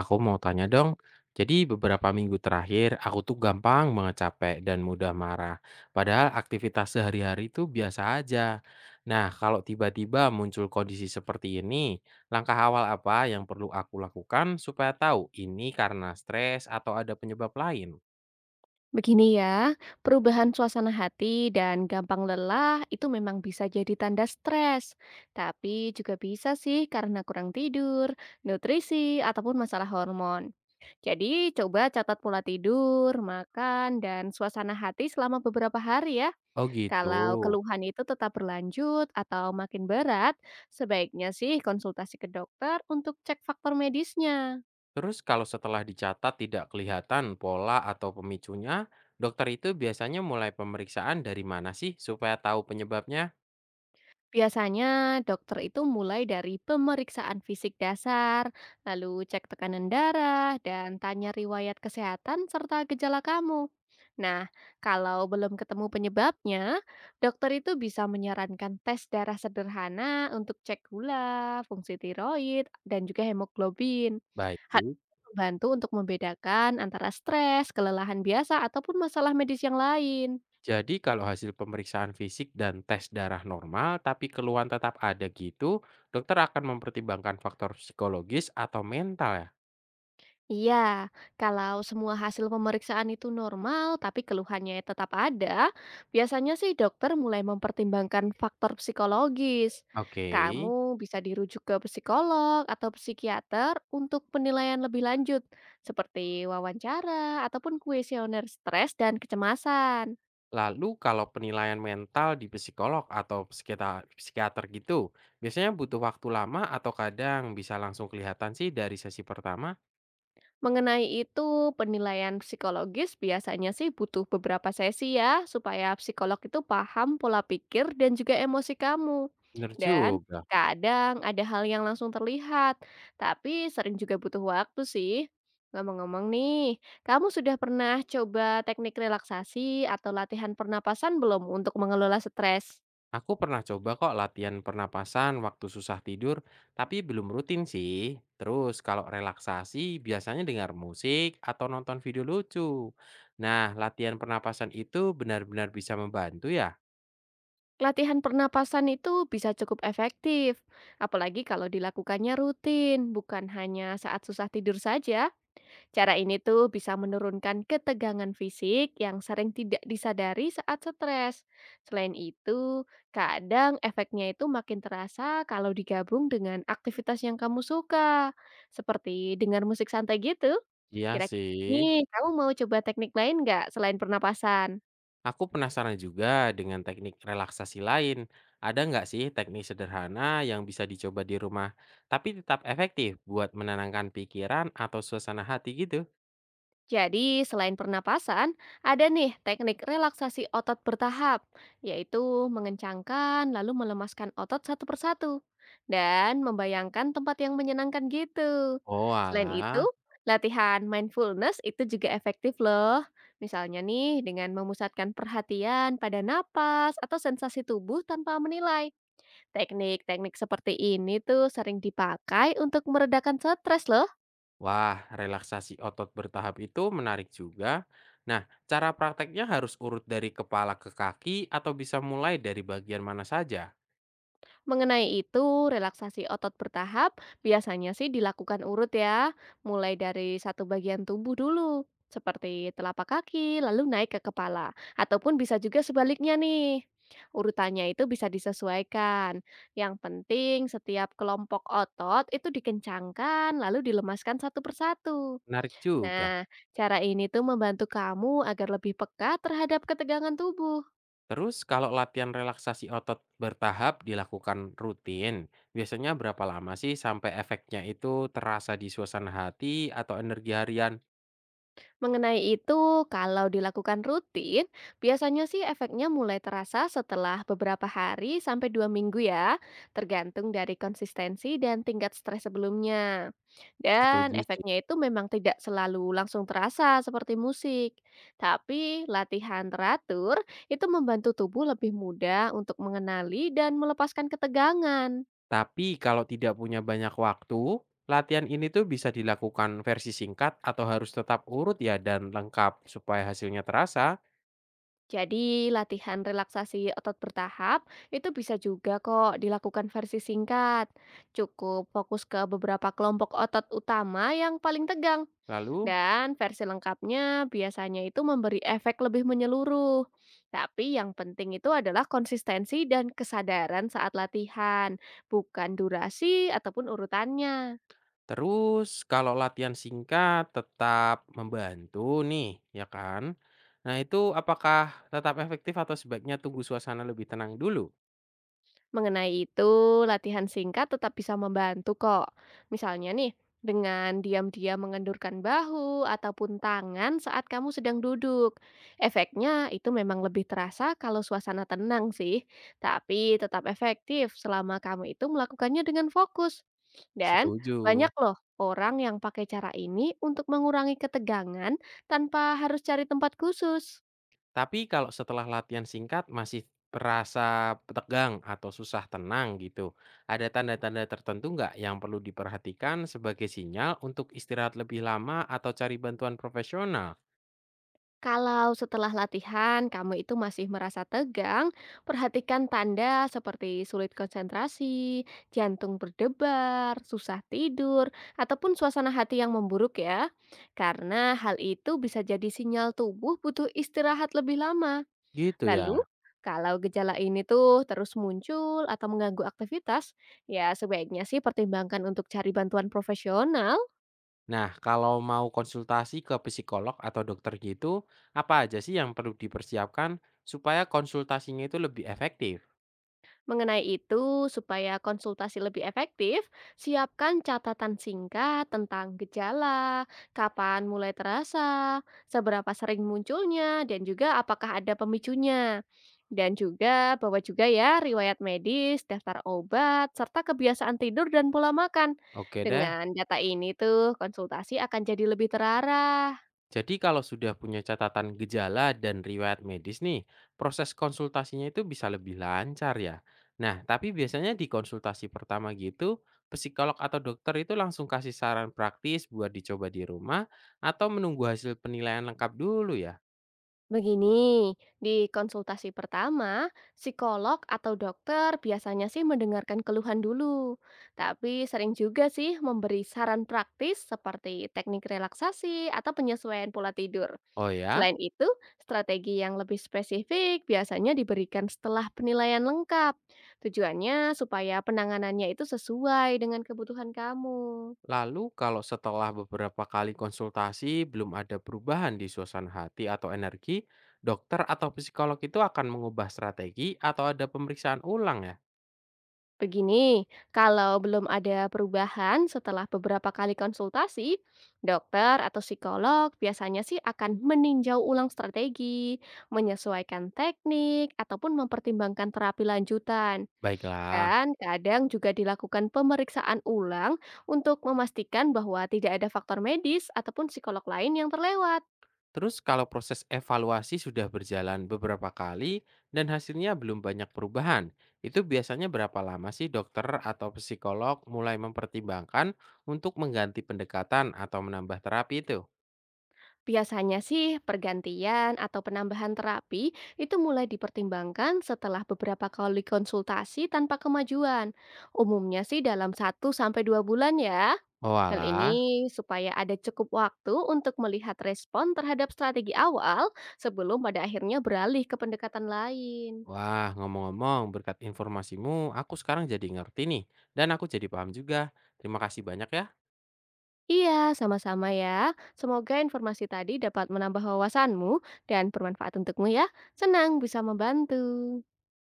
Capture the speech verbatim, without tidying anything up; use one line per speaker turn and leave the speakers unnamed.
Aku mau tanya dong, jadi beberapa minggu terakhir aku tuh gampang banget capek dan mudah marah. Padahal aktivitas sehari-hari itu biasa aja. Nah, kalau tiba-tiba muncul kondisi seperti ini, langkah awal apa yang perlu aku lakukan supaya tahu ini karena stres atau ada penyebab lain?
Begini ya, perubahan suasana hati dan gampang lelah itu memang bisa jadi tanda stres. Tapi juga bisa sih karena kurang tidur, nutrisi, ataupun masalah hormon. Jadi coba catat pola tidur, makan, dan suasana hati selama beberapa hari ya.
Oh gitu.
Kalau keluhan itu tetap berlanjut atau makin berat, sebaiknya sih konsultasi ke dokter untuk cek faktor medisnya.
Terus kalau setelah dicatat tidak kelihatan pola atau pemicunya, dokter itu biasanya mulai pemeriksaan dari mana sih supaya tahu penyebabnya?
Biasanya dokter itu mulai dari pemeriksaan fisik dasar, lalu cek tekanan darah, dan tanya riwayat kesehatan serta gejala kamu. Nah, kalau belum ketemu penyebabnya, dokter itu bisa menyarankan tes darah sederhana untuk cek gula, fungsi tiroid, dan juga hemoglobin.
Baik.
Hal ini membantu untuk membedakan antara stres, kelelahan biasa, ataupun masalah medis yang lain.
Jadi kalau hasil pemeriksaan fisik dan tes darah normal tapi keluhan tetap ada gitu, dokter akan mempertimbangkan faktor psikologis atau mental ya?
Iya, kalau semua hasil pemeriksaan itu normal, tapi keluhannya tetap ada, biasanya sih dokter mulai mempertimbangkan faktor psikologis.
Oke.
Kamu bisa dirujuk ke psikolog atau psikiater untuk penilaian lebih lanjut, seperti wawancara ataupun kuesioner stres dan kecemasan.
Lalu kalau penilaian mental di psikolog atau psikiater, psikiater gitu, biasanya butuh waktu lama atau kadang bisa langsung kelihatan sih dari sesi pertama?
Mengenai itu, penilaian psikologis biasanya sih butuh beberapa sesi ya, supaya psikolog itu paham pola pikir dan juga emosi kamu.
Bener
Dan
juga.
kadang ada hal yang langsung terlihat, tapi sering juga butuh waktu sih. Ngomong-ngomong nih, kamu sudah pernah coba teknik relaksasi atau latihan pernapasan belum untuk mengelola stres?
Aku pernah coba kok latihan pernapasan waktu susah tidur, tapi belum rutin sih. Terus kalau relaksasi biasanya dengar musik atau nonton video lucu. Nah, latihan pernapasan itu benar-benar bisa membantu ya?
Latihan pernapasan itu bisa cukup efektif, apalagi kalau dilakukannya rutin, bukan hanya saat susah tidur saja. Cara ini tuh bisa menurunkan ketegangan fisik yang sering tidak disadari saat stres. Selain itu, kadang efeknya itu makin terasa kalau digabung dengan aktivitas yang kamu suka, seperti dengar musik santai gitu.
Iya
Kira-kira
sih.
nih, kamu mau coba teknik lain nggak selain pernapasan?
Aku penasaran juga dengan teknik relaksasi lain. Ada nggak sih teknik sederhana yang bisa dicoba di rumah, tapi tetap efektif buat menenangkan pikiran atau suasana hati gitu?
Jadi, selain pernapasan, ada nih teknik relaksasi otot bertahap, yaitu mengencangkan lalu melemaskan otot satu persatu dan membayangkan tempat yang menyenangkan gitu.
Oh
Selain itu,
alah.
latihan mindfulness itu juga efektif loh. Misalnya nih dengan memusatkan perhatian pada napas atau sensasi tubuh tanpa menilai. Teknik-teknik seperti ini tuh sering dipakai untuk meredakan stres loh.
Wah, relaksasi otot bertahap itu menarik juga. Nah, cara prakteknya harus urut dari kepala ke kaki atau bisa mulai dari bagian mana saja?
Mengenai itu, relaksasi otot bertahap biasanya sih dilakukan urut ya, mulai dari satu bagian tubuh dulu, seperti telapak kaki, lalu naik ke kepala, ataupun bisa juga sebaliknya nih. Urutannya itu bisa disesuaikan. Yang penting setiap kelompok otot itu dikencangkan, lalu dilemaskan satu persatu.
Menarik juga.
Nah, cara ini tuh membantu kamu agar lebih peka terhadap ketegangan tubuh.
Terus, kalau latihan relaksasi otot bertahap dilakukan rutin, biasanya berapa lama sih sampai efeknya itu terasa di suasana hati atau energi harian?
Mengenai itu, kalau dilakukan rutin, biasanya sih efeknya mulai terasa setelah beberapa hari sampai dua minggu ya, tergantung dari konsistensi dan tingkat stres sebelumnya. Dan
Setuju.
efeknya itu memang tidak selalu langsung terasa seperti musik, tapi latihan teratur itu membantu tubuh lebih mudah untuk mengenali dan melepaskan ketegangan.
Tapi kalau tidak punya banyak waktu, latihan ini tuh bisa dilakukan versi singkat atau harus tetap urut ya dan lengkap supaya hasilnya terasa.
Jadi latihan relaksasi otot bertahap itu bisa juga kok dilakukan versi singkat. Cukup fokus ke beberapa kelompok otot utama yang paling tegang.
Lalu
Dan versi lengkapnya biasanya itu memberi efek lebih menyeluruh. Tapi yang penting itu adalah konsistensi dan kesadaran saat latihan, bukan durasi ataupun urutannya.
terus kalau latihan singkat tetap membantu nih, ya kan? Nah, itu apakah tetap efektif atau sebaiknya tunggu suasana lebih tenang dulu?
Mengenai itu, latihan singkat tetap bisa membantu kok. Misalnya nih, dengan diam-diam mengendurkan bahu ataupun tangan saat kamu sedang duduk. Efeknya itu memang lebih terasa kalau suasana tenang sih, tapi tetap efektif selama kamu itu melakukannya dengan fokus. Dan
Setuju.
banyak loh orang yang pakai cara ini untuk mengurangi ketegangan tanpa harus cari tempat khusus.
Tapi kalau setelah latihan singkat masih terasa tegang atau susah tenang gitu, ada tanda-tanda tertentu nggak yang perlu diperhatikan sebagai sinyal untuk istirahat lebih lama atau cari bantuan profesional?
Kalau setelah latihan kamu itu masih merasa tegang, perhatikan tanda seperti sulit konsentrasi, jantung berdebar, susah tidur, ataupun suasana hati yang memburuk ya. Karena hal itu bisa jadi sinyal tubuh butuh istirahat lebih lama.
Gitu
Lalu,
ya.
kalau gejala ini tuh terus muncul atau mengganggu aktivitas, ya sebaiknya sih pertimbangkan untuk cari bantuan profesional.
Nah, kalau mau konsultasi ke psikolog atau dokter gitu, apa aja sih yang perlu dipersiapkan supaya konsultasinya itu lebih efektif?
Mengenai itu, supaya konsultasi lebih efektif, siapkan catatan singkat tentang gejala, kapan mulai terasa, seberapa sering munculnya, dan juga apakah ada pemicunya. Dan juga bawa juga ya riwayat medis, daftar obat, serta kebiasaan tidur dan pola makan.
Oke deh.
Dengan data ini tuh konsultasi akan jadi lebih terarah.
Jadi kalau sudah punya catatan gejala dan riwayat medis nih, proses konsultasinya itu bisa lebih lancar ya. Nah, tapi biasanya di konsultasi pertama gitu, psikolog atau dokter itu langsung kasih saran praktis buat dicoba di rumah atau menunggu hasil penilaian lengkap dulu ya.
Begini, di konsultasi pertama, psikolog atau dokter biasanya sih mendengarkan keluhan dulu, tapi sering juga sih memberi saran praktis seperti teknik relaksasi atau penyesuaian pola tidur.
Oh ya,
Selain itu, strategi yang lebih spesifik biasanya diberikan setelah penilaian lengkap. Tujuannya supaya penanganannya itu sesuai dengan kebutuhan kamu.
lalu kalau setelah beberapa kali konsultasi belum ada perubahan di suasana hati atau energi, dokter atau psikolog itu akan mengubah strategi atau ada pemeriksaan ulang ya.
Begini, kalau belum ada perubahan setelah beberapa kali konsultasi, dokter atau psikolog biasanya sih akan meninjau ulang strategi, menyesuaikan teknik, ataupun mempertimbangkan terapi lanjutan.
Baiklah.
Dan kadang juga dilakukan pemeriksaan ulang untuk memastikan bahwa tidak ada faktor medis ataupun psikolog lain yang terlewat.
Terus kalau proses evaluasi sudah berjalan beberapa kali dan hasilnya belum banyak perubahan, itu biasanya berapa lama sih dokter atau psikolog mulai mempertimbangkan untuk mengganti pendekatan atau menambah terapi itu?
Biasanya sih pergantian atau penambahan terapi itu mulai dipertimbangkan setelah beberapa kali konsultasi tanpa kemajuan. Umumnya sih dalam satu sampai dua bulan ya.
Oh
Hal
alah,
ini supaya ada cukup waktu untuk melihat respon terhadap strategi awal sebelum pada akhirnya beralih ke pendekatan lain.
wah ngomong-ngomong berkat informasimu aku sekarang jadi ngerti nih dan aku jadi paham juga. Terima kasih banyak ya.
Iya, sama-sama ya. Semoga informasi tadi dapat menambah wawasanmu dan bermanfaat untukmu ya. Senang bisa membantu.